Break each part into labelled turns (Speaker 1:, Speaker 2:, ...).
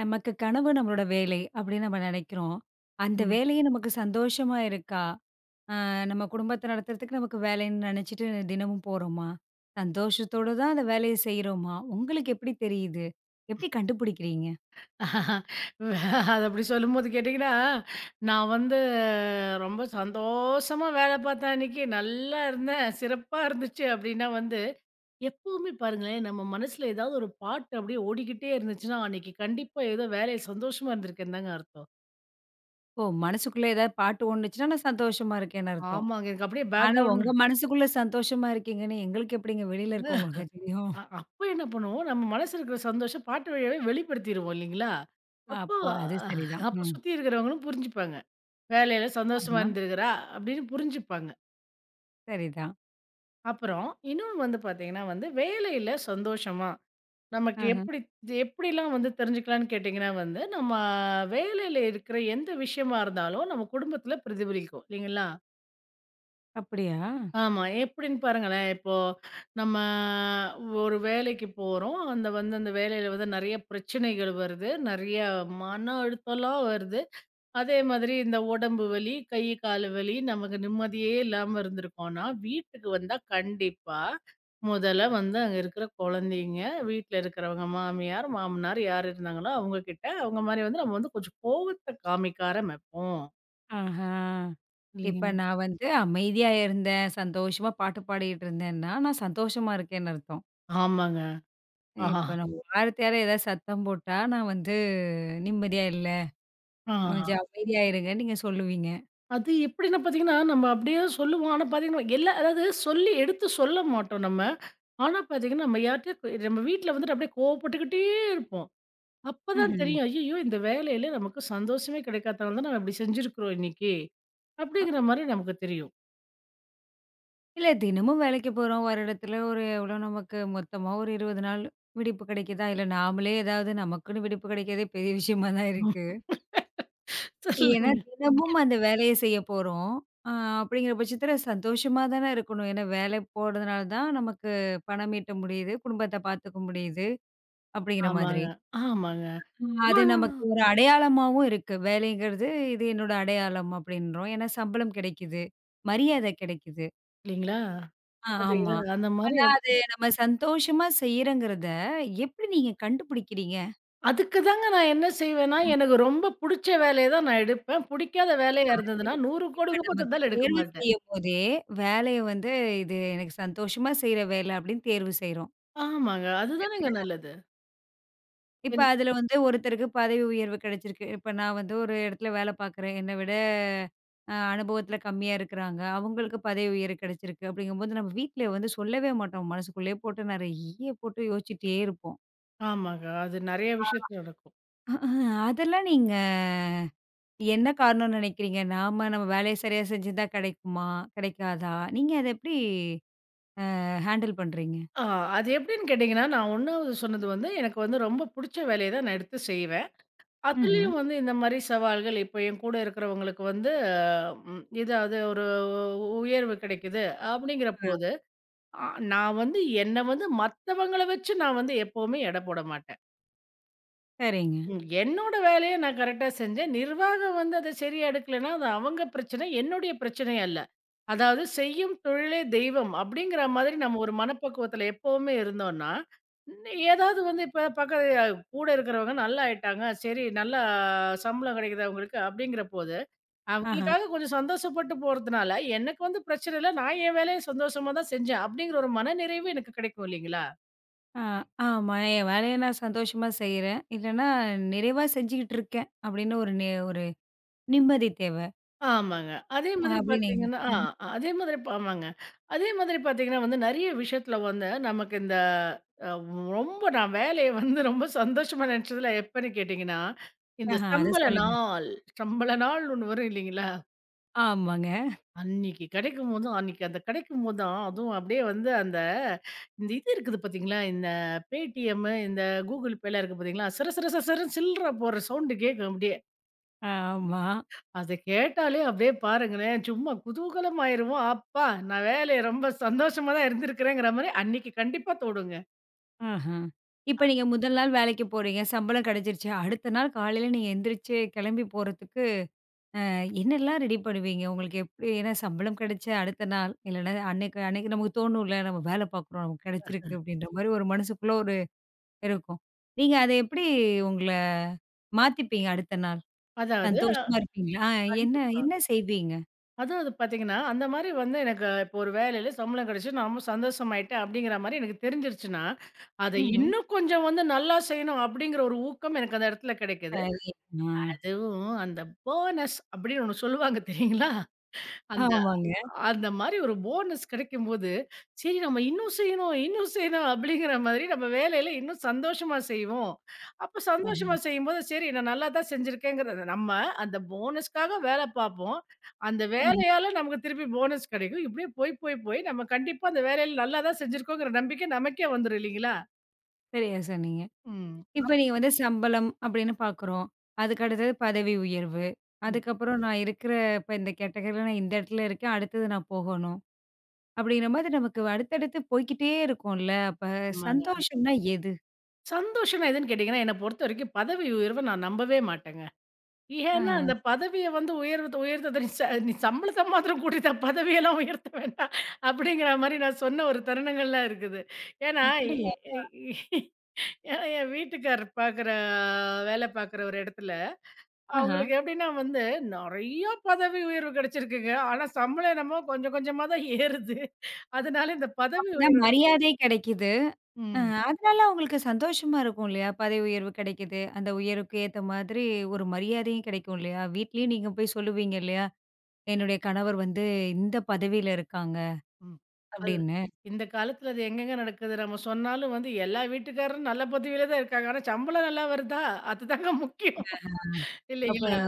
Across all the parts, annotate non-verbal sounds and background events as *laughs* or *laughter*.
Speaker 1: நமக்கு கனவு நம்மளோட வேலை அப்படின்னு நம்ம நினைக்கிறோம். அந்த
Speaker 2: ம்.
Speaker 1: வேலையே நமக்கு சந்தோஷமா இருக்கா? அ நம்ம குடும்பத்த நடத்துறதுக்கு நமக்கு வேலைன்னு நினைச்சிட்டு தினமும் போறோமா? சந்தோஷத்தோட தான் அந்த வேலைய செய்றோமா? உங்களுக்கு எப்படி தெரியுது? எப்படி கண்டுபிடிக்கிறீங்க?
Speaker 2: அது அப்படி சொல்லும்போது கேட்டிங்கன்னா, நான் வந்து ரொம்ப சந்தோஷமா வேலை பார்த்தேன் அன்னைக்கு. நல்லா இருந்தேன். சிறப்பா இருந்துச்சு அப்படின்னா வந்து, எப்பவுமே பாருங்களேன், நம்ம மனசுல ஏதாவது ஒரு பாட்டு அப்படியே ஓடிக்கிட்டே இருந்துச்சுன்னா, அன்னைக்கு கண்டிப்பா ஏதோ வேலை சந்தோஷமா இருந்திருக்குன்னு தாங்க அர்த்தம்.
Speaker 1: ஓ! மனசுக்குள்ள ஏதாவது பாட்டு ஓடுனுச்சுன்னா, நான் சந்தோஷமா இருக்கேன்னு அர்த்தம்.
Speaker 2: ஆமாங்க. எனக்கு அப்படியே
Speaker 1: ஆனா
Speaker 2: பேக்ரவுண்ட்
Speaker 1: உங்க மனசுக்குள்ள சந்தோஷமா இருக்கீங்கன்னு எங்களுக்கு எப்படிங்க வெளியில இருக்கவங்களுக்கு தெரியும்?
Speaker 2: அப்ப என்ன பண்ணுவோம், நம்ம மனசுல இருக்கிற சந்தோஷம் பாட்டு வழியாவே வெளிப்படுத்திருவோம் இல்லைங்களா? அப்போ
Speaker 1: அப்போ அது
Speaker 2: அஹ்,
Speaker 1: சரிதான்.
Speaker 2: அப்போ
Speaker 1: ம்.
Speaker 2: சுத்தி இருக்கிறவங்களும் புரிஞ்சுப்பாங்க. "வேலையில சந்தோஷமா
Speaker 1: ஆஹா.
Speaker 2: இருந்திருக்கிறா" அப்படின்னு புரிஞ்சுப்பாங்க.
Speaker 1: சரிதான்.
Speaker 2: அப்புறம் இன்னொன்னு வந்து பார்த்தீங்கன்னா வந்து, வேலையில சந்தோஷமா, நமக்கு
Speaker 1: ஆஹ.
Speaker 2: எப்படி எப்படிலாம் வந்து தெரிஞ்சுக்கலான்னு கேட்டிங்கன்னா வந்து, நம்ம வேலையில இருக்கிற எந்த விஷயமா இருந்தாலும் நம்ம குடும்பத்தில பிரதிபலிக்கும். இல்லைங்களா?
Speaker 1: அப்படியா?
Speaker 2: ஆமா. எப்படின்னு பாருங்களேன், இப்போ நம்ம ஒரு வேலைக்கு போறோம். அந்த வந்து அந்த வேலையில வந்து நெறைய பிரச்சனைகள் வருது. நெறைய மன அழுத்தம்லாம் வருது. அதே மாதிரி இந்த உடம்பு வலி, கை, கால் வலி நமக்கு நிம்மதியே இல்லாம இருந்திருக்கோம்னா, வீட்டுக்கு வந்தா கண்டிப்பா, முதல்ல வந்து அங்க இருக்கிற குழந்தைங்க, வீட்ல இருக்கிறவங்க மாமியார், மாமனார் யார் இருந்தாங்களோ அவங்க கிட்ட, அவங்க மாரி வந்து நம்ம வந்து கொஞ்சம் கோவத்த காமிக்க ஆரம்பிப்போம்.
Speaker 1: ஆஹா!
Speaker 2: இல்லையா?
Speaker 1: இப்ப நான் வந்து அமைதியா இருந்தேன், சந்தோஷமா பாட்டு பாடிட்டு இருந்தேன்னா, நான் சந்தோஷமா இருக்கேன்னு அர்த்தம்.
Speaker 2: ஆமாங்க. ஆஹா.
Speaker 1: இப்ப நான் வார்த்தை யாரா ஏதாவது சத்தம் போட்டா, நான் வந்து நிம்மதியா இல்ல.
Speaker 2: ஆ.
Speaker 1: கொஞ்சம் அமைதியா இருங்கன்னு நீங்க சொல்லுவீங்க.
Speaker 2: அது எப்படின்னா பார்த்தீங்கன்னா, நம்ம அப்படியே சொல்லுவோம். ஆனா பார்த்தீங்கன்னா, எல்லா அதாவது சொல்லி எடுத்து சொல்ல மாட்டோம் நம்ம. ஆனா பார்த்தீங்கன்னா, நம்ம யார்ட்டயோ நம்ம வீட்ல வந்துட்டு அப்படியே கோவப்பட்டுக்கிட்டே இருப்போம். அப்பதான்
Speaker 1: ம்ஹ்ம்.
Speaker 2: தெரியும். ஐயய்யோ! இந்த வேலையில நமக்கு சந்தோஷமே கிடைக்காதனால தான் நம்ம இப்படி செஞ்சிருக்கிறோம் இன்னைக்கு.
Speaker 1: அ
Speaker 2: அப்படிங்கிற மாரி நமக்கு தெரியும்.
Speaker 1: இல்ல தினமும் வேலைக்கு போறோம். வருடத்துல ஒரு எவ்வளோ நமக்கு மொத்தமா ஒரு 20 நாள் விடுப்பு கிடைக்குதா? இல்ல நாமளே ஏதாவது நமக்குன்னு விடுப்பு கிடைக்கிறதே பெரிய விஷயமா தான் இருக்கு.
Speaker 2: *laughs*
Speaker 1: ஏன்னா,
Speaker 2: சொல்லுங்க.
Speaker 1: தினமும் அந்த வேலைய செய்ய போறோம். அ அப்படிங்கிற பட்சத்தில சந்தோஷமா தானே இருக்கணும். ஏன்னா, வேலை போறதுனால தான் நமக்கு பணம் ஈட்ட முடியுது, குடும்பத்த பார்த்துக்க முடியுது, அப்படிங்கிற மாதிரி.
Speaker 2: ஆமாங்க, ஆமாங்க.
Speaker 1: அது
Speaker 2: அவ்வளோ.
Speaker 1: நமக்கு ஒரு அடையாளமாவும் இருக்கு. வேலைங்கிறது இது என்னோட அடையாளம் அப்படின்றோம். ஏன்னா, சம்பளம் கிடைக்குது, மரியாதை கிடைக்குது.
Speaker 2: இல்லைங்களா?
Speaker 1: ஆ ஆமா.
Speaker 2: பார்த்தீங்களா? அந்த மாரி
Speaker 1: ஆனா, அது நம்ம சந்தோஷமா செய்றோங்கிறத எப்படி நீங்க கண்டுபிடிக்கிறீங்க?
Speaker 2: அதுக்கு தாங்க நான் என்ன செய்வேன்னா, எனக்கு ரொம்ப புடிச்ச வேலைய தான் நான் எடுப்பேன். புடிக்காத வேலையா இருந்ததுன்னா,
Speaker 1: ம்.
Speaker 2: 100
Speaker 1: இப்ப
Speaker 2: கோடி ரூபாய்
Speaker 1: நமக்கு
Speaker 2: தந்தாலும் எடுக்க
Speaker 1: தேர்வு
Speaker 2: மாட்டேன்.
Speaker 1: செய்யும்போதே, வேலைய வந்து இது எனக்கு சந்தோஷமா செய்ற வேலை அப்படின்னு தேர்வு செய்றோம்.
Speaker 2: ஆமாங்க. அதுதானேங்க நல்லது.
Speaker 1: இப்ப
Speaker 2: என்
Speaker 1: அதுல வந்து ஒருத்தருக்கு பதவி உயர்வு கிடைச்சிருக்கு. இப்ப நான் வந்து ஒரு இடத்துல வேலை பார்க்குறேன். என்ன விட அனுபவத்துல கம்மியா இருக்கிறாங்க. அவங்களுக்கு பதவி உயர்வு கிடைச்சிருக்கு. அப்படிங்கும்போது நம்ம வீட்ல வந்து சொல்லவே மாட்டோம். மனசுக்குள்ளேயே போட்டு நெறைய போட்டு யோசிச்சுட்டே இருப்போம்.
Speaker 2: ஆமாங்க. அது நெறைய விஷயத்துல நடக்கும்.
Speaker 1: அதெல்லாம் நீங்க என்ன காரணம்னு நெனைக்கிறீங்க? நாம நம்ம வேலைய சரியா செஞ்சிருந்தா கிடைக்குமா? கிடைக்காதா? நீங்க அத எப்படி ஹேண்டில் பண்றீங்க?
Speaker 2: ஆ அது எப்படின்னு கேட்டீங்கன்னா, நான் 1வது சொன்னது வந்து, எனக்கு வந்து ரொம்ப புடிச்ச வேலைய தான் நான் எடுத்து செய்வேன்.
Speaker 1: ம்ஹ்ம்.
Speaker 2: அதுலயும் வந்து இந்த மாரி சவால்கள், இப்ப என் கூட இருக்கிறவங்களுக்கு வந்து ம் ஏதாவது ஒரு உயர்வு கிடைக்குது அப்படிங்கிற
Speaker 1: ஆ
Speaker 2: போது, அ நான் வந்து என்ன வந்து மத்தவங்கள வச்சு நான் வந்து எப்பவுமே எடை போட மாட்டேன்.
Speaker 1: சரிங்க.
Speaker 2: ம். என்னோட வேலைய நான் கரெக்ட்டா செஞ்சேன். நிர்வாகம் வந்து அத சரியா எடுக்கலன்னா, அது அவங்க பிரச்சனை. என்னுடைய பிரச்சனை அல்ல. அதாவது "செய்யும் தொழிலே தெய்வம்" அப்படிங்கிற மாதிரி நம்ம ஒரு மனப்பக்குவத்தில எப்பவுமே இருந்தோம்ன்னா, ஏதாவது வந்து இப்ப பக்க கூட இருக்கிறவங்க நல்லா ஆயிட்டாங்க. சரி நல்லா சம்பளம் கிடைக்குது அவங்களுக்கு அப்படிங்கிற போது,
Speaker 1: ஆஹா.
Speaker 2: அவங்களுக்காக கொஞ்சம் சந்தோஷப்பட்டு போறதுனால, எனக்கு வந்து பிரச்சனை இல்ல. நான் என் வேலைய சந்தோஷமா தான் செஞ்சேன். அப்படிங்கிற ஒரு மனநிறைவு எனக்கு கிடைக்கும் இல்லைங்களா?
Speaker 1: ஆ ஆமா. என் வேலைய நான் சந்தோஷமா செய்றேன். இல்லன்னா நிறைவா செஞ்சுகிட்டு இருக்கேன் அப்படின்னு ஒரு ஒரு நிம்மதி தேவ.
Speaker 2: ஆமாங்க. அதே மாதிரி
Speaker 1: அப்படின்னு
Speaker 2: பார்த்தீங்கன்னா ஆ
Speaker 1: ம்.
Speaker 2: அதே மாதிரி ப ஆமாங்க. அதே மாதிரி பார்த்தீங்கன்னா வந்து நெறைய விஷயத்தில வந்து நமக்கு இந்த அ ரொம்ப நான் வேலைய வந்து ரொம்ப சந்தோஷமா நெனச்சதுல எப்பன்னு கேட்டீங்கன்னா, இந்த
Speaker 1: ஆஹா அத
Speaker 2: சம்பள
Speaker 1: சொல்லுங்க.
Speaker 2: நாள், சம்பள நாள் ஒண்ணு வரும் இல்லைங்களா?
Speaker 1: ஆமாங்க.
Speaker 2: அன்னைக்கு கெடைக்கும்போது தான் அன்னைக்கு அந்த கெடைக்கும்போது தான் அதுவும் அப்படியே வந்து அந்த இந்த இது இருக்குது பார்த்தீங்களா? இந்த Paytm, இந்த Google Payலாம் இருக்கு பார்த்தீங்களா? சிர சிர சிர சிரன்னு சில்ற போடுற சவுண்டு கேட்கும் அப்படியே.
Speaker 1: ஆமா.
Speaker 2: அத கேட்டாலே அப்படியே பாருங்களேன், சும்மா குதூகலம் ஆயிருவோம். அப்பா! நான் வேலைய ரொம்ப சந்தோஷமா தான் இருந்திருக்கிறேங்கிற மாரி அன்னைக்கு கண்டிப்பா தோணுங்க.
Speaker 1: ஆஹா. இப்ப நீங்க முதல் நாள் வேலைக்கு போறீங்க. சம்பளம் கிடைச்சிருச்சு. அடுத்த நாள் காலையில நீங்க எந்திரிச்சு கிளம்பி போறதுக்கு என்னெல்லாம் ரெடி பண்ணுவீங்க? உங்களுக்கு எப்படி ஏன்னா சம்பளம் கிடைச்ச அடுத்த நாள் இல்லன்னா அன்னைக்கு அன்னைக்கு நமக்கு தோணும்ல நம்ம வேலை பார்க்குறோம். நமக்கு கிடைச்சிருக்கு அப்படின்ற மாரி ஒரு மனசுக்குள்ள ஒரு இருக்கும். நீங்க அத எப்படி உங்கள மாத்திப்பீங்க அடுத்த நாள்?
Speaker 2: அதாவது
Speaker 1: சந்தோஷமா இருப்பீங்களா? ஆ, என்ன
Speaker 2: கண்டிப்பா.
Speaker 1: என்ன செய்வீங்க?
Speaker 2: அதாவது பார்த்தீங்கன்னா, அந்த மாரி வந்து எனக்கு இப்போ ஒரு வேலையில சம்பளம் கிடைச்சு நாம சந்தோஷமாயிட்டேன் அப்படிங்கிற மாரி எனக்கு தெரிஞ்சிருச்சுன்னா, அத
Speaker 1: ம்ஹ்ம்.
Speaker 2: இன்னும் கொஞ்சம் வந்து நல்லா செய்யணும் அப்படிங்கிற ஒரு ஊக்கம் எனக்கு அந்த இடத்துல கிடைக்குது.
Speaker 1: சரி. ஆ.
Speaker 2: அதுவும் அந்த போனஸ் அப்படின்னு ஒண்ணு சொல்லுவாங்க தெரியுங்களா?
Speaker 1: ஆமாங்க.
Speaker 2: அந்த மாரி ஒரு போனஸ் கிடைக்கும்போது, சரி நம்ம இன்னும் செய்யணும், இன்னும் செய்யணும் அப்படிங்கிற மாதிரி நம்ம வேலையில இன்னும் சந்தோஷமா செய்வோம். அப்ப
Speaker 1: ம்ஹ்ம்.
Speaker 2: சந்தோஷமா செய்யும்போது, சரி நான் நல்லா தான் செஞ்சிருக்கேங்கிறத நம்ம அந்த போனஸ்க்காக வேலை பார்ப்போம். அந்த
Speaker 1: ம்.
Speaker 2: வேலையால நமக்கு திருப்பி போனஸ் கிடைக்கும். இப்படியே போய், போய், போய் நம்ம கண்டிப்பா அந்த வேலையில நல்லா தான் செஞ்சிருக்கோங்கிற நம்பிக்கை நமக்கே வந்துரும் இல்லைங்களா?
Speaker 1: சரியா சொன்னீங்க.
Speaker 2: ம்.
Speaker 1: இப்ப நீங்க வந்து சம்பளம் அப்படின்னு பார்க்குறோம். அதுக்கு அடுத்தது பதவி உயர்வு.
Speaker 2: ம்.
Speaker 1: அதுக்கப்புறம் நான் இருக்கிற இப்ப இந்த கேட்டகரில நான் இந்த இடத்துல இருக்கேன். அடுத்தது நான் போகணும். அப்படிங்கிற மாதிரி நமக்கு அடுத்தடுத்து போய்க்கிட்டே இருக்கும்ல. அப்ப
Speaker 2: ஆமாங்க.
Speaker 1: சந்தோஷம்னா எது?
Speaker 2: சந்தோஷம்னா எதுன்னு கேட்டீங்கன்னா, என்ன பொறுத்தவரைக்கும் பதவி உயர்வ நான் நம்பவே மாட்டேங்க. ஏன்னா,
Speaker 1: ஆஹ.
Speaker 2: அந்த பதவிய வந்து உயர்வத உயர்த்தத நீ சம்பளத்த மாத்திரம் கூட்டிட்டா பதவியெல்லாம் உயர்த்த வேண்டாம். அப்படிங்கிற மாரி நான் சொன்ன ஒரு தருணங்கள்லாம் இருக்குது. ஏன்னா,
Speaker 1: அப்படியா?
Speaker 2: எ எ ஏன்னா என் வீட்டுக்காரர் வேல பார்க்குற ஒரு இடத்துல,
Speaker 1: ஆஹ.
Speaker 2: அவங்களுக்கு எப்படின்னா வந்து நெறையா பதவி உயர்வு கிடைச்சிருக்குங்க. ஆனா சம்பளம் என்னமோ கொஞ்சம் கொஞ்சமா தான் ஏறுது. அதனால இந்த பதவி
Speaker 1: அப்பன்னா
Speaker 2: உயர்வு
Speaker 1: மரியாதை கிடைக்குது. அ
Speaker 2: ம்.
Speaker 1: அதனால அவங்களுக்கு சந்தோஷமா இருக்கும் இல்லையா? பதவி உயர்வு கிடைக்குது. அந்த உயர்வுக்கு ஏத்த மாதிரி ஒரு மரியாதையும் கிடைக்கும் இல்லையா? வீட்லயும் நீங்க போய் சொல்லுவீங்க இல்லையா? "என்னுடைய கணவர் வந்து இந்த பதவியில இருக்காங்க"
Speaker 2: ம். அது
Speaker 1: அப்படின்னு.
Speaker 2: இந்த காலத்துல அது எங்கங்க நடக்குது? நம்ம சொன்னாலும் வந்து எல்லா வீட்டுக்காரரும் நல்ல பதவியில தான் இருக்காங்க. ஆனா சம்பளம் நல்லா வருதா? அதுதாங்க முக்கியம்.
Speaker 1: அப்ப
Speaker 2: இல்லைங்களா?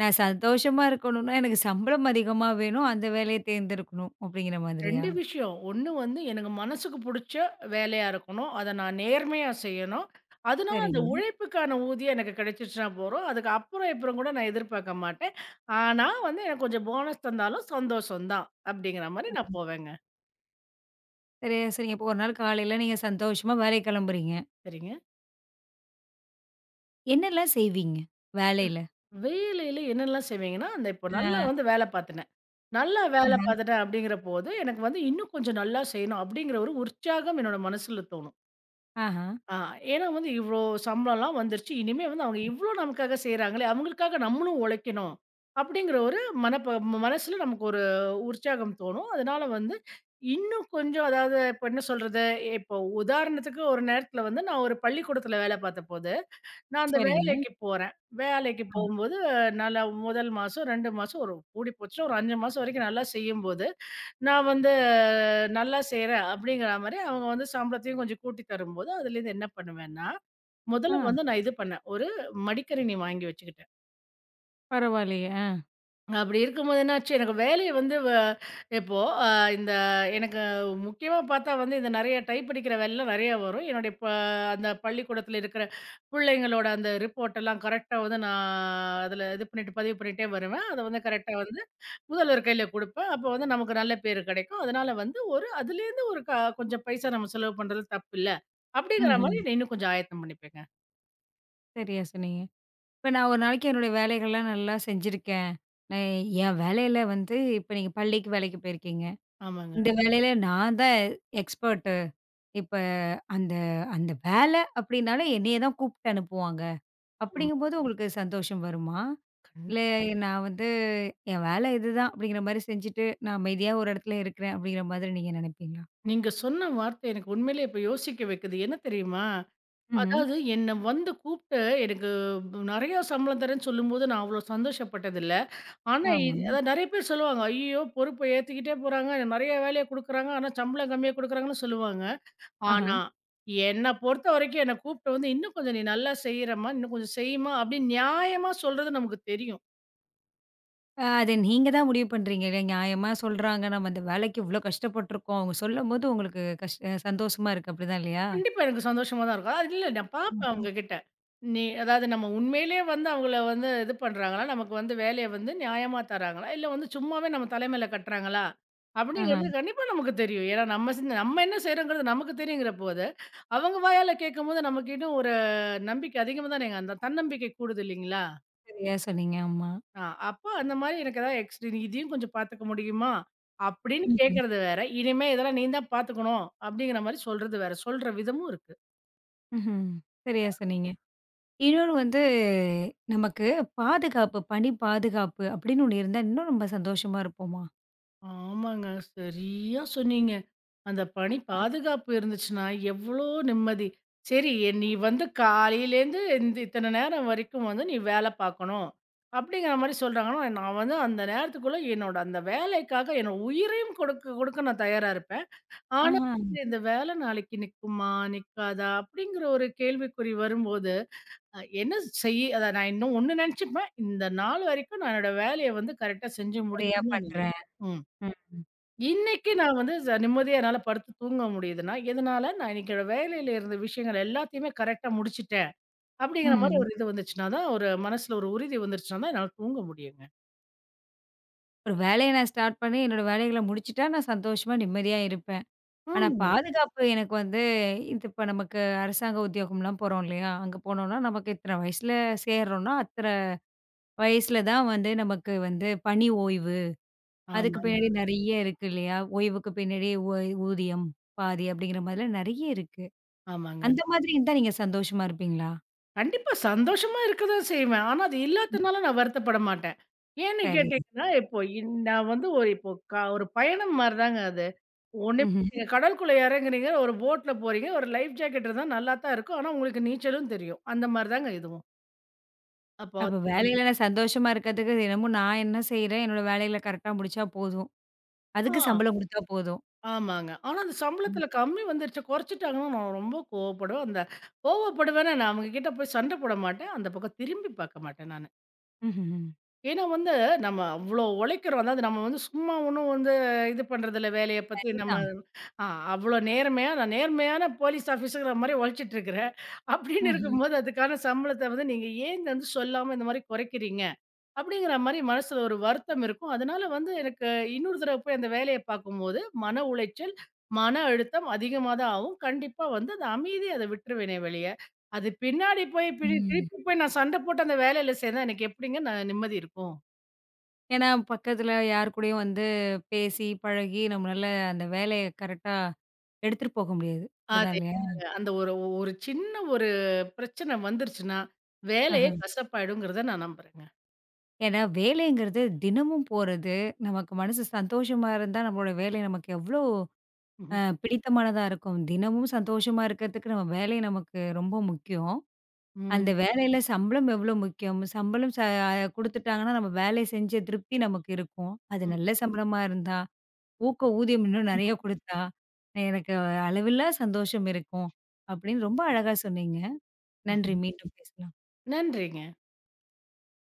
Speaker 1: நான் சந்தோஷமா இருக்கணும்னா, எனக்கு சம்பளம் அதிகமா வேணும், அந்த வேலைய தேர்ந்தெடுக்கணும் அப்படிங்கிற மாதிரியா?
Speaker 2: 2 விஷயம். ஒண்ணு வந்து எனக்கு மனசுக்கு புடிச்ச வேலையா இருக்கணும். அத நான் நேர்மையா செய்யணும். அதனால அந்த
Speaker 1: சரிங்க.
Speaker 2: உழைப்புக்கான ஊதியம் எனக்கு கிடைச்சிச்சுனா போறோம். அதுக்கு அப்புறம் இப்புறம் கூட நான் எதிர்பார்க்க மாட்டேன். ஆனா வந்து எனக்கு கொஞ்சம் போனஸ் தந்தாலும் சந்தோஷம் தான். அப்படிங்கிற மாரி நான் போவேங்க.
Speaker 1: சரி, சரிங்க. இப்போ ஒரு நாள் காலையில நீங்க சந்தோஷமா வேலைக்கு கிளம்புறீங்க.
Speaker 2: சரிங்க.
Speaker 1: என்னெல்லாம் செய்வீங்க? வேலையில?
Speaker 2: வேலையில என்னெல்லாம் செய்வீங்கன்னா, அந்த இப்போ நல்லா
Speaker 1: அ,
Speaker 2: வந்து வேலை பார்த்தேன் நல்லா வேலை
Speaker 1: ஆஹ.
Speaker 2: பார்த்துட்டேன் அப்படிங்கிற போது, எனக்கு வந்து இன்னும் கொஞ்சம் நல்லா செய்யணும் அப்படிங்கிற ஒரு உற்சாகம் என்னோட மனசுல தோணும்.
Speaker 1: ஆஹா.
Speaker 2: ஆ ஏன்னா வந்து இவ்ளோ சம்பளம்லாம் வந்துருச்சு. இனிமே வந்து அவங்க இவ்ளோ நமக்காக செய்றாங்களே, அவங்களுக்காக நம்மளும் உழைக்கணும். அப்படிங்கிற ஒரு மனசுல நமக்கு ஒரு உற்சாகம் தோணும். அதனால வந்து இன்னும் கொஞ்சம் அதாவது இப்ப என்ன சொல்றது? இப்போ உதாரணத்துக்கு ஒரு நேரத்துல வந்து நான் ஒரு பள்ளிக்கூடத்துல வேலை பார்த்தபோது, நான் அந்த
Speaker 1: சரிங்க.
Speaker 2: வேலைக்கு போறேன். வேலைக்கு போகும்போது நல்லா 1 மாசம், 2 மாசம் ஒரு கூடி போச்சுன்னா ஒரு 5 மாசம் வரைக்கும் நல்லா செய்யும்போது நான் வந்து நல்லா செய்றேன் அப்படிங்கிற மாரி, அவங்க வந்து சம்பளத்தையும் கொஞ்சம் கூட்டி தரும்போது, அதுலேருந்து என்ன பண்ணுவேன்னா, முதல்ல
Speaker 1: ஆ.
Speaker 2: வந்து நான் இது பண்ணேன். ஒரு மடிக்கணினி வாங்கி வச்சுக்கிட்டேன்.
Speaker 1: பரவாயில்லையே. ஆ.
Speaker 2: அப்படி இருக்கும்போது என்னாச்சு, எனக்கு வேலைய வந்து இப்போ அ இந்த எனக்கு முக்கியமா பார்த்தா வந்து இந்த நெறைய டைப் அடிக்கிற வேலைலாம் நெறைய வரும். என்னுடைய ப அந்த பள்ளிக்கூடத்தில இருக்கிற பிள்ளைங்களோட அந்த ரிப்போர்ட் எல்லாம் கரெக்ட்டா வந்து நான் அதில இது பண்ணிட்டு பதிவு பண்ணிட்டே வருவேன். அத வந்து கரெக்ட்டா வந்து முதல்வர் கையில குடுப்பேன். அப்ப வந்து நமக்கு நல்ல பேரு கிடைக்கும். அதனால வந்து ஒரு அதுலேருந்து ஒரு க கொஞ்சம் பைசா நம்ம செலவு பண்றது தப்பில்ல. அப்படிங்கிற
Speaker 1: ம்ஹ்ம்.
Speaker 2: மாரி நான் இன்னும் கொஞ்சம் ஆயத்தம் பண்ணிப்பேங்க.
Speaker 1: சரியா சொன்னீங்க. இப்ப நான் ஒரு நாளைக்கு என்னுடைய வேலைகள்லாம் நல்லா செஞ்சிருக்கேன். நான் என் வேலையில வந்து இப்ப நீங்க பள்ளிக்கு வேலைக்கு போயிருக்கீங்க.
Speaker 2: ஆமாங்க.
Speaker 1: இந்த வேலையில நான் தான் எக்ஸ்பர்ட்டு. இப்ப அந்த அந்த வேலை அப்டின்னாலே என்னைய தான் கூப்ட்டு அனுப்புவாங்க.
Speaker 2: ஆமா.
Speaker 1: அப்டிங்கும்போது உங்களுக்கு சந்தோஷம் வருமா? இல்ல
Speaker 2: கண்டிப்
Speaker 1: நான் வந்து என் வேலை இதுதான் அப்டிங்கிற மாரி செஞ்சுட்டு, நான் அமைதியா ஒரு இடத்துல இருக்கிறேன் அப்டிங்கிற மாதிரி நீங்க நினைப்பீங்களா?
Speaker 2: நீங்க சொன்ன வார்த்தை எனக்கு உண்மையிலேயே இப்ப யோசிக்க வைக்குது. என்ன தெரியுமா?
Speaker 1: ம்ஹ்ம்.
Speaker 2: அதாவது என்ன வந்து கூப்ட்டு எனக்கு நெறையா சம்பளம் தரேன்னு சொல்லும்போது நான் அவ்ளோ சந்தோஷப்பட்டதில்ல. ஆனா
Speaker 1: ஆமா.
Speaker 2: இது அதான் நெறைய பேர் சொல்லுவாங்க. ஐயய்யோ! பொறுப்ப ஏத்துக்கிட்டே போறாங்க. நெறைய வேலைய குடுக்குறாங்க. ஆனா சம்பளம் கம்மியா குடுக்குறாங்கன்னு சொல்லுவாங்க.
Speaker 1: ஆஹ.
Speaker 2: ஆனா, என்ன பொறுத்தவரைக்கும் என்ன கூப்பிட்டு வந்து, "இன்னும் கொஞ்சம் நீ நல்லா செய்றம்மா, இன்னும் கொஞ்சம் செய்யுமா" அப்படின்னு நியாயமா சொல்றது நமக்கு தெரியும்.
Speaker 1: அத நீங்க தான் முடிவு பண்றீங்களே! நியாயமா சொல்றாங்க. நம்ம இந்த வேலைக்கு இவ்ளோ கஷ்டப்பட்டுருக்கோம். அவங்க சொல்லும்போது உங்களுக்கு கஷ் அ சந்தோஷமா இருக்கு. அப்படிதான் இல்லையா?
Speaker 2: கண்டிப்பா எனக்கு சந்தோஷமா தான் இருக்கும். அது இல்ல நான் பார்ப்பேன்
Speaker 1: ஆமா.
Speaker 2: அவங்ககிட்ட. நீ அதாவது நம்ம உண்மையிலேயே வந்து அவங்கள வந்து இது பண்றாங்களா? நமக்கு வந்து வேலைய வந்து நியாயமா தராங்களா? இல்ல வந்து சும்மாவே நம்ம தலைமையில கட்டுறாங்களா?
Speaker 1: ஆஹா,
Speaker 2: அப்படிங்கிறது கண்டிப்பா நமக்கு தெரியும். ஏன்னா நம்ம என்ன செய்றோங்கிறது நமக்கு தெரியுங்கிற போது, அவங்க வாயால கேட்கும்போது நமக்கு இன்னும் ஒரு நம்பிக்கை அதிகமா தானேங்க அந்த தன்னம்பிக்கை கூடுது இல்லைங்களா?
Speaker 1: சரியா சொன்னீங்க. ஆமா.
Speaker 2: ஆ அப்ப அந்த மாரி எனக்கு ஏதாவது "நீ இதையும் கொஞ்சம் பார்த்துக்க முடியுமா?" அப்படின்னு
Speaker 1: ம்ஹ்ம்.
Speaker 2: கேட்கறது வேற. "இனிமே இதெல்லாம் நீ தான் பார்த்துக்கணும்." அப்படிங்கிற மாரி சொல்றது வேற. சொல்ற விதமும் இருக்கு.
Speaker 1: ம்ஹ்ம். சரியா சொன்னீங்க. இன்னொன்னு வந்து நமக்கு பாதுகாப்பு, பணி பாதுகாப்பு அப்படின்னு ஒண்ணு இருந்தா இன்னும் நம்ம சந்தோஷமா இருப்போமா?
Speaker 2: ஆமாங்க. சரியா சொன்னீங்க. அந்த பணி பாதுகாப்பு இருந்துச்சுன்னா எவ்வளோ நிம்மதி. சரி நீ வந்து காலையிலேருந்து இந்த இத்தனை நேரம் வரைக்கும் வந்து நீ வேலை பார்க்கணும். அப்படிங்கிற மாரி சொல்றாங்கன்னா, நான் வந்து அந்த நேரத்துக்குள்ள என்னோட அந்த வேலைக்காக என்னோட உயிரையும் கொடுக்க கொடுக்க நான் தயாரா இருப்பேன். ஆனா,
Speaker 1: ஆஹா.
Speaker 2: வந்து இந்த வேலை நாளைக்கு நிக்குமா? நிக்காதா? அப்படிங்கிற ஒரு கேள்விக்குறி வரும்போது, அ என்ன செய்ய அத நான் இன்னும் ஒண்ணு நெனச்சுப்பேன். இந்த நாள் வரைக்கும் நான் என்னோட வேலைய வந்து கரெக்ட்டா செஞ்சு
Speaker 1: சரியா
Speaker 2: முடிச்சிடணும்னு
Speaker 1: பண்றேன்.
Speaker 2: நெனைப்பேன். ம்.
Speaker 1: ம்.
Speaker 2: இன்னைக்கு நான் வந்து நிம்மதியா என்னால படுத்து தூங்க முடியுதுன்னா, எதனால நான் இன்னைக்கு என்னோட வேலையில இருந்த விஷயங்கள் எல்லாத்தையுமே கரெக்ட்டா முடிச்சுட்டேன். அப்படிங்கிற மாரி
Speaker 1: ம்ஹ்ம்.
Speaker 2: ஒரு இது வந்துச்சுன்னா தான், ஒரு மனசுல ஒரு உறுதி வந்துருச்சுன்னா தான் என்னால தூங்க முடியுங்க.
Speaker 1: ஒரு வேலைய நான் ஸ்டார்ட் பண்ணி என்னோட வேலைகள முடிச்சுட்டா நான் சந்தோஷமா, நிம்மதியா இருப்பேன். ஆனா
Speaker 2: ம்.
Speaker 1: பாதுகாப்பு எனக்கு வந்து இது இப்ப நமக்கு அரசாங்க உத்தியோகம்லாம் போறோம் இல்லையா? அங்க போனோம்னா, நமக்கு இத்தன வயசுல சேர்றோம்னா, அத்தன வயசுல தான் வந்து நமக்கு வந்து பணி ஓய்வு. அதுக்கு
Speaker 2: ஆமாங்க,
Speaker 1: பின்னாடி நெறைய இருக்கு இல்லையா? ஓய்வுக்கு பின்னாடி ஊதியம் பாதி அப்படிங்கிற மாதிரிலாம் நெறைய இருக்கு.
Speaker 2: ஆமாங்க.
Speaker 1: அந்த மாதிரி இருந்தா நீங்க சந்தோஷமா இருப்பீங்களா?
Speaker 2: கண்டிப்பா. சந்தோஷமா இருக்க தான் செய்வேன். ஆனா, அது இல்லாதனால நான் வருத்தப்பட மாட்டேன். ஏன்னு
Speaker 1: சரி.
Speaker 2: கேட்டீங்கன்னா, இப்போ இன் நான் வந்து ஒரு இப்போ க ஒரு பயணம் மாரி தாங்க அது. ஒண்ணுமே
Speaker 1: ம்ஹ்ம்.
Speaker 2: நீங்க கடலுக்குள்ள எறங்குறீங்க, ஒரு போட்ல போறீங்க, ஒரு லைஃப் ஜாக்கெட் இருந்தா நல்லா தான் இருக்கும். ஆனா, உங்களுக்கு நீச்சலும் தெரியும். அந்த மாரி தாங்க இதுவும். அப்போ
Speaker 1: அப்ப வேலையில நான் சந்தோஷமா இருக்கிறதுக்கு தினமும் நான் என்ன செய்றேன்? என்னோட வேலைகள கரெக்ட்டா முடிச்சா போதும்.
Speaker 2: ஆ
Speaker 1: அதுக்கு சம்பளம் குடுத்தா போதும்.
Speaker 2: ஆமாங்க. ஆனா, அந்த சம்பளத்தில கம்மி வந்துருச்சு, கொறைச்சுட்டாங்கன்னா நான் ரொம்ப கோவப்படுவேன். கோவப்படுவேன்னா, நான் அவங்க கிட்ட போய் சண்ட போட மாட்டேன். அந்த பக்கம் திரும்பி பாக்க மாட்டேன் நானு.
Speaker 1: ம்ஹ்ம்.
Speaker 2: ஏன்னா வந்து, நம்ம அவ்ளோ உழைக்கிறோம். அதாவது நம்ம வந்து சும்மா ஒண்ணும் வந்து இது பண்றதில்ல, வேலைய பத்தி நம்ம
Speaker 1: சரிதான்.
Speaker 2: ஆ அவ்ளோ நேர்மையா நான் நேர்மையான போலீஸ் ஆஃபீஸர்ங்கிற மாரி உழைச்சிட்டுருக்கிறேன். அப்படின்னு
Speaker 1: ம்ஹ்ம்.
Speaker 2: இருக்கும்போது, அதுக்கான சம்பளத்த வந்து நீங்க ஏன் இதை வந்து சொல்லாம இந்த மாரி குறைக்கிறீங்க? அப்படிங்கிற மாரி மனசுல ஒரு வருத்தம் இருக்கும். அதனால வந்து எனக்கு இன்னொரு தடவ போய் அந்த வேலைய பார்க்கும்போது, மன உளைச்சல், மன அழுத்தம் அதிகமா தான் ஆகும். கண்டிப்பா வந்து அந்த அமைதிய அத விட்டுருவேனே வெளிய. அது பின்னாடி போய் பிடி
Speaker 1: ம்.
Speaker 2: திருப்பி போய் நான் சண்ட போட்டு அந்த வேலையில சேர்ந்தா எனக்கு எப்படிங்க நான் நிம்மதி இருக்கும்?
Speaker 1: ஏன்னா, பக்கத்துல யார் கூடயும் வந்து பேசி, பழகி நம்மளால அந்த வேலைய கரெக்ட்டா எடுத்துட்டு போக முடியாது. அப்படிதான் இல்லையா?
Speaker 2: அதேதாங்க. அந்த ஒரு ஒரு சின்ன பிரச்சனை வந்துருச்சுன்னா,
Speaker 1: ஆஹ.
Speaker 2: வேலையே கசப்பாயிடுங்கிறத நான் நம்புறேங்க.
Speaker 1: ஏன்னா வேலைங்கிறது தினமும் போறது, நமக்கு மனசு சந்தோஷமா இருந்தா நம்மளோட வேலை நமக்கு எவ்ளோ
Speaker 2: ம்.
Speaker 1: பிடித்தமானதா இருக்கும். தினமும் சந்தோஷமா இருக்கிறதுக்கு நம்ம வேலை நமக்கு ரொம்ப முக்கியம். அந்த
Speaker 2: ம்.
Speaker 1: வேலையில சம்பளம் எவ்ளோ முக்கியம். சம்பளம் ச குடுத்துட்டாங்கன்னா, நம்ம வேலை செஞ்ச திருப்தி நமக்கு இருக்கும். அது நல்ல சம்பளமா இருந்தா ஊக்க ஊதியம் இன்னும் நெறைய குடுத்தா, எனக்கு அளவில்லா சந்தோஷம் இருக்கும். அப்படின்னு ரொம்ப அழகா சொன்னீங்க. நன்றி.
Speaker 2: ம்.
Speaker 1: மீண்டும் பேசலாம்.
Speaker 2: நன்றிங்க.